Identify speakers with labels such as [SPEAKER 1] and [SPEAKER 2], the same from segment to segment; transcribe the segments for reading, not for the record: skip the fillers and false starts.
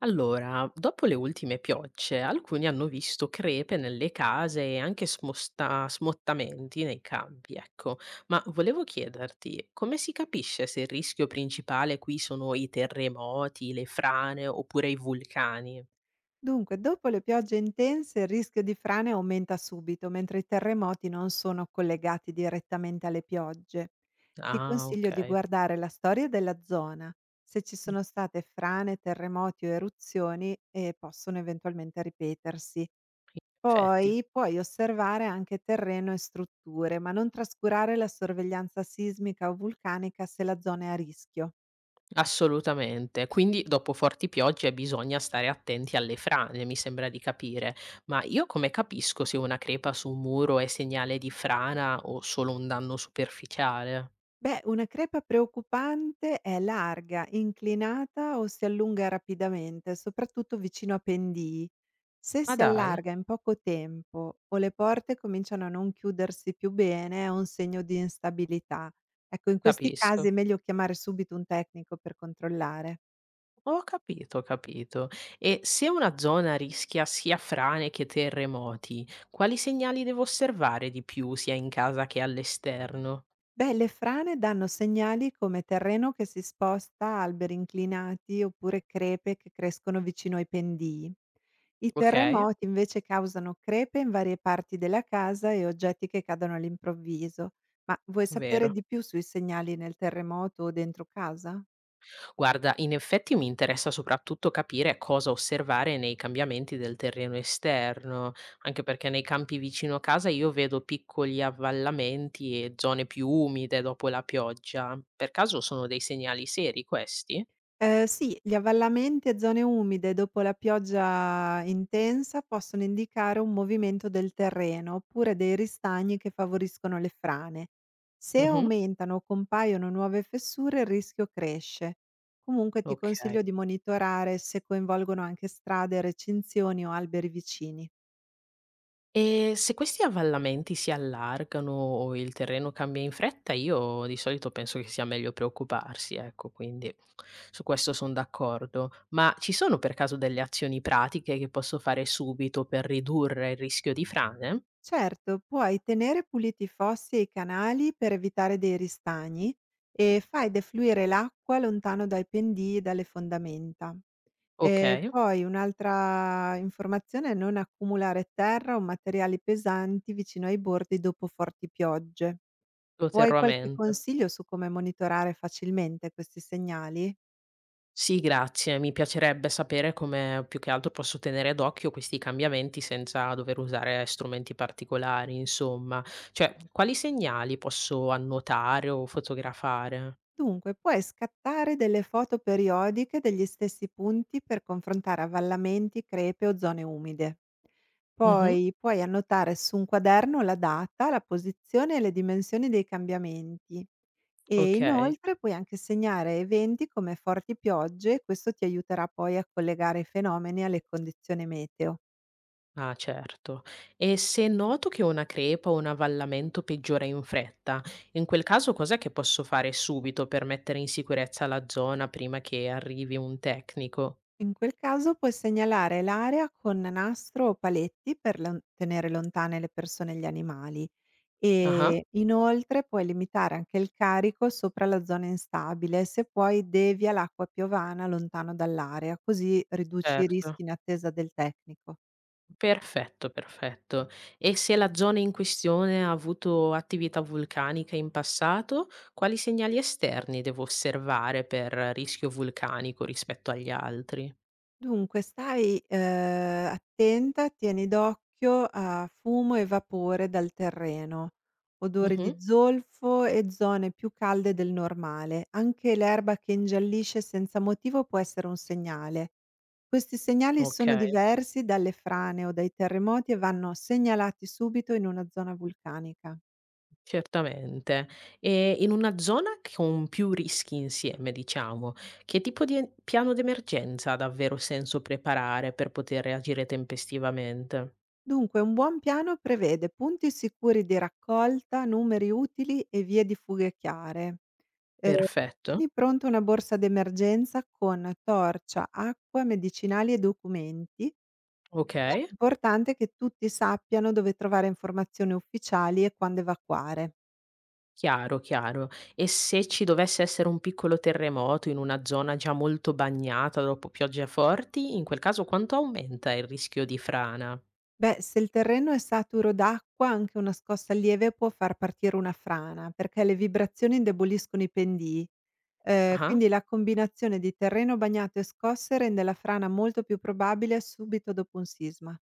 [SPEAKER 1] Allora, dopo le ultime piogge, alcuni hanno visto crepe nelle case e anche smottamenti nei campi, ecco. Ma volevo chiederti, come si capisce se il rischio principale qui sono i terremoti, le frane oppure i vulcani?
[SPEAKER 2] Dunque, dopo le piogge intense il rischio di frane aumenta subito, mentre i terremoti non sono collegati direttamente alle piogge. Ti
[SPEAKER 1] Ah,
[SPEAKER 2] consiglio di
[SPEAKER 1] ok.
[SPEAKER 2] guardare la storia della zona. Se ci
[SPEAKER 1] Mm,
[SPEAKER 2] sono state frane, terremoti o eruzioni, possono eventualmente ripetersi.
[SPEAKER 1] in effetti.
[SPEAKER 2] Poi puoi osservare anche terreno e strutture, ma non trascurare la sorveglianza sismica o vulcanica se la zona è a rischio.
[SPEAKER 1] Assolutamente. Quindi dopo forti piogge bisogna stare attenti alle frane, mi sembra di capire. Ma io come capisco se una crepa su un muro è segnale di frana o solo un danno superficiale?
[SPEAKER 2] Beh, una crepa preoccupante è larga, inclinata o si allunga rapidamente, soprattutto vicino a pendii. Se
[SPEAKER 1] Ma
[SPEAKER 2] si
[SPEAKER 1] dai,
[SPEAKER 2] allarga in poco tempo o le porte cominciano a non chiudersi più bene, è un segno di instabilità. Ecco, in questi
[SPEAKER 1] capisco.
[SPEAKER 2] casi è meglio chiamare subito un tecnico per controllare.
[SPEAKER 1] Ho capito, ho capito. E se una zona rischia sia frane che terremoti, quali segnali devo osservare di più sia in casa che all'esterno?
[SPEAKER 2] Beh, le frane danno segnali come terreno che si sposta, alberi inclinati oppure crepe che crescono vicino ai pendii. I
[SPEAKER 1] Ok,
[SPEAKER 2] terremoti invece causano crepe in varie parti della casa e oggetti che cadono all'improvviso. Ma vuoi sapere
[SPEAKER 1] vero.
[SPEAKER 2] di più sui segnali nel terremoto o dentro casa?
[SPEAKER 1] Guarda, in effetti mi interessa soprattutto capire cosa osservare nei cambiamenti del terreno esterno, anche perché nei campi vicino casa io vedo piccoli avvallamenti e zone più umide dopo la pioggia. Per caso sono dei segnali seri questi?
[SPEAKER 2] Sì, gli avvallamenti e zone umide dopo la pioggia intensa possono indicare un movimento del terreno oppure dei ristagni che favoriscono le frane. Se
[SPEAKER 1] Mhm.
[SPEAKER 2] aumentano o compaiono nuove fessure, il rischio cresce. Comunque ti
[SPEAKER 1] Ok.
[SPEAKER 2] consiglio di monitorare se coinvolgono anche strade, recinzioni o alberi vicini.
[SPEAKER 1] E se questi avvallamenti si allargano o il terreno cambia in fretta, io di solito penso che sia meglio preoccuparsi, ecco, quindi su questo sono d'accordo. Ma ci sono per caso delle azioni pratiche che posso fare subito per ridurre il rischio di frane?
[SPEAKER 2] Certo, puoi tenere puliti i fossi e i canali per evitare dei ristagni e fai defluire l'acqua lontano dai pendii e dalle fondamenta.
[SPEAKER 1] Ok,
[SPEAKER 2] E poi un'altra informazione è non accumulare terra o materiali pesanti vicino ai bordi dopo forti piogge.
[SPEAKER 1] lo
[SPEAKER 2] Vuoi
[SPEAKER 1] terrò a
[SPEAKER 2] qualche
[SPEAKER 1] mente.
[SPEAKER 2] consiglio su come monitorare facilmente questi segnali?
[SPEAKER 1] Sì, grazie. Mi piacerebbe sapere come più che altro posso tenere d'occhio questi cambiamenti senza dover usare strumenti particolari, insomma. Cioè, quali segnali posso annotare o fotografare?
[SPEAKER 2] Dunque, puoi scattare delle foto periodiche degli stessi punti per confrontare avvallamenti, crepe o zone umide.
[SPEAKER 1] Mhm.
[SPEAKER 2] Poi puoi annotare su un quaderno la data, la posizione e le dimensioni dei cambiamenti. E
[SPEAKER 1] Ok,
[SPEAKER 2] inoltre puoi anche segnare eventi come forti piogge, questo ti aiuterà poi a collegare i fenomeni alle condizioni meteo.
[SPEAKER 1] ah certo. E se noto che una crepa o un avvallamento peggiora in fretta, in quel caso cos'è che posso fare subito per mettere in sicurezza la zona prima che arrivi un tecnico?
[SPEAKER 2] In quel caso puoi segnalare l'area con nastro o paletti per tenere lontane le persone e gli animali
[SPEAKER 1] Ah,
[SPEAKER 2] e inoltre puoi limitare anche il carico sopra la zona instabile se poi devia l'acqua piovana lontano dall'area, così riduci i
[SPEAKER 1] certo.
[SPEAKER 2] rischi in attesa del tecnico.
[SPEAKER 1] Perfetto, perfetto. E se la zona in questione ha avuto attività vulcanica in passato, quali segnali esterni devo osservare per rischio vulcanico rispetto agli altri?
[SPEAKER 2] Dunque stai attenta, tieni d'occhio a fumo e vapore dal terreno, odori
[SPEAKER 1] Mhm.
[SPEAKER 2] di zolfo e zone più calde del normale. Anche l'erba che ingiallisce senza motivo può essere un segnale. Questi segnali
[SPEAKER 1] Ok,
[SPEAKER 2] sono diversi dalle frane o dai terremoti e vanno segnalati subito in una zona vulcanica.
[SPEAKER 1] certamente. E in una zona con più rischi insieme, diciamo, che tipo di piano d'emergenza ha davvero senso preparare per poter reagire tempestivamente?
[SPEAKER 2] Dunque, un buon piano prevede punti sicuri di raccolta, numeri utili e vie di fughe chiare. Eh,
[SPEAKER 1] Perfetto.
[SPEAKER 2] Tieni pronta una borsa d'emergenza con torcia, acqua, medicinali e documenti.
[SPEAKER 1] Ok.
[SPEAKER 2] Ed è importante che tutti sappiano dove trovare informazioni ufficiali e quando evacuare.
[SPEAKER 1] Chiaro, chiaro. E se ci dovesse essere un piccolo terremoto in una zona già molto bagnata dopo piogge forti, in quel caso quanto aumenta il rischio di frana?
[SPEAKER 2] Beh, se il terreno è saturo d'acqua, anche una scossa lieve può far partire una frana, perché le vibrazioni indeboliscono i pendii.
[SPEAKER 1] Ah,
[SPEAKER 2] Quindi la combinazione di terreno bagnato e scosse rende la frana molto più probabile subito dopo un sisma.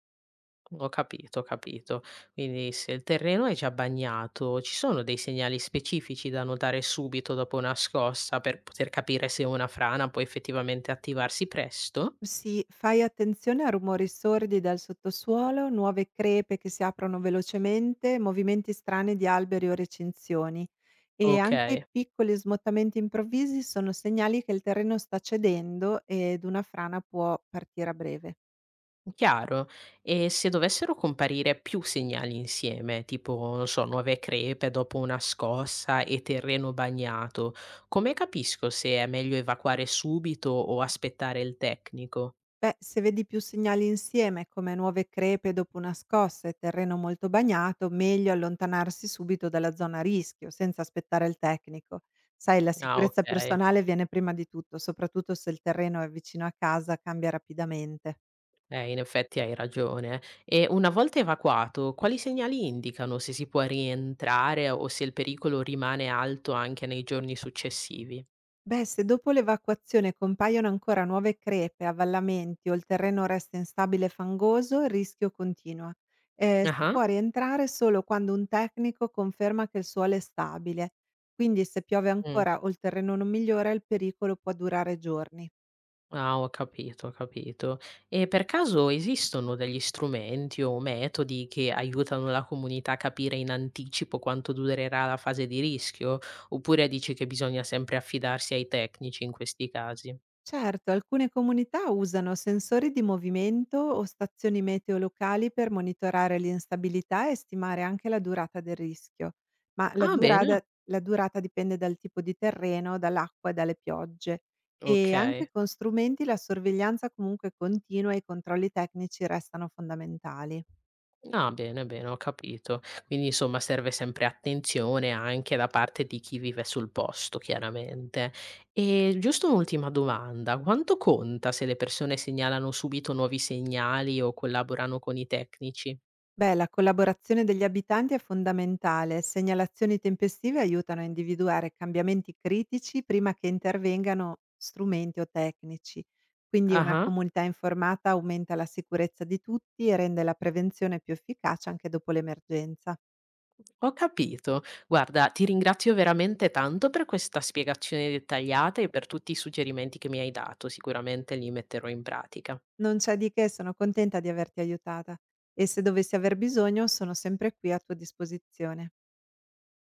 [SPEAKER 1] ho capito, ho capito. Quindi se il terreno è già bagnato, ci sono dei segnali specifici da notare subito dopo una scossa per poter capire se una frana può effettivamente attivarsi presto?
[SPEAKER 2] Sì, fai attenzione a rumori sordi dal sottosuolo, nuove crepe che si aprono velocemente, movimenti strani di alberi o recinzioni. E
[SPEAKER 1] Ok.
[SPEAKER 2] anche piccoli smottamenti improvvisi sono segnali che il terreno sta cedendo ed una frana può partire a breve.
[SPEAKER 1] Chiaro. E se dovessero comparire più segnali insieme, tipo, non so, nuove crepe dopo una scossa e terreno bagnato, come capisco se è meglio evacuare subito o aspettare il tecnico?
[SPEAKER 2] Beh, se vedi più segnali insieme, come nuove crepe dopo una scossa e terreno molto bagnato, meglio allontanarsi subito dalla zona a rischio, senza aspettare il tecnico. Sai, la
[SPEAKER 1] Ah, ok.
[SPEAKER 2] sicurezza personale viene prima di tutto, soprattutto se il terreno è vicino a casa, cambia rapidamente.
[SPEAKER 1] In effetti hai ragione. Eh. E una volta evacuato, quali segnali indicano se si può rientrare o se il pericolo rimane alto anche nei giorni successivi?
[SPEAKER 2] Beh, se dopo l'evacuazione compaiono ancora nuove crepe, avvallamenti o il terreno resta instabile e fangoso, il rischio continua. Si può rientrare solo quando un tecnico conferma che il suolo è stabile. Quindi se piove
[SPEAKER 1] Ah.
[SPEAKER 2] ancora o il terreno non migliora, il pericolo può durare giorni.
[SPEAKER 1] Ah, ho capito, ho capito. E per caso esistono degli strumenti o metodi che aiutano la comunità a capire in anticipo quanto durerà la fase di rischio? Oppure dici che bisogna sempre affidarsi ai tecnici in questi casi?
[SPEAKER 2] Certo, alcune comunità usano sensori di movimento o stazioni meteo locali per monitorare l'instabilità e stimare anche la durata del rischio, ma
[SPEAKER 1] Ah, bene,
[SPEAKER 2] la durata dipende dal tipo di terreno, dall'acqua e dalle piogge. E anche
[SPEAKER 1] ok.
[SPEAKER 2] con strumenti la sorveglianza comunque continua e i controlli tecnici restano fondamentali.
[SPEAKER 1] Ah, bene, bene, ho capito. Quindi insomma serve sempre attenzione anche da parte di chi vive sul posto, chiaramente. E giusto un'ultima domanda, quanto conta se le persone segnalano subito nuovi segnali o collaborano con i tecnici?
[SPEAKER 2] Beh, la collaborazione degli abitanti è fondamentale. Segnalazioni tempestive aiutano a individuare cambiamenti critici prima che intervengano strumenti o tecnici. Quindi una
[SPEAKER 1] Ah,
[SPEAKER 2] comunità informata aumenta la sicurezza di tutti e rende la prevenzione più efficace anche dopo l'emergenza.
[SPEAKER 1] ho capito. Guarda, ti ringrazio veramente tanto per questa spiegazione dettagliata e per tutti i suggerimenti che mi hai dato, sicuramente li metterò in pratica.
[SPEAKER 2] Non c'è di che, sono contenta di averti aiutata e se dovessi aver bisogno sono sempre qui a tua disposizione.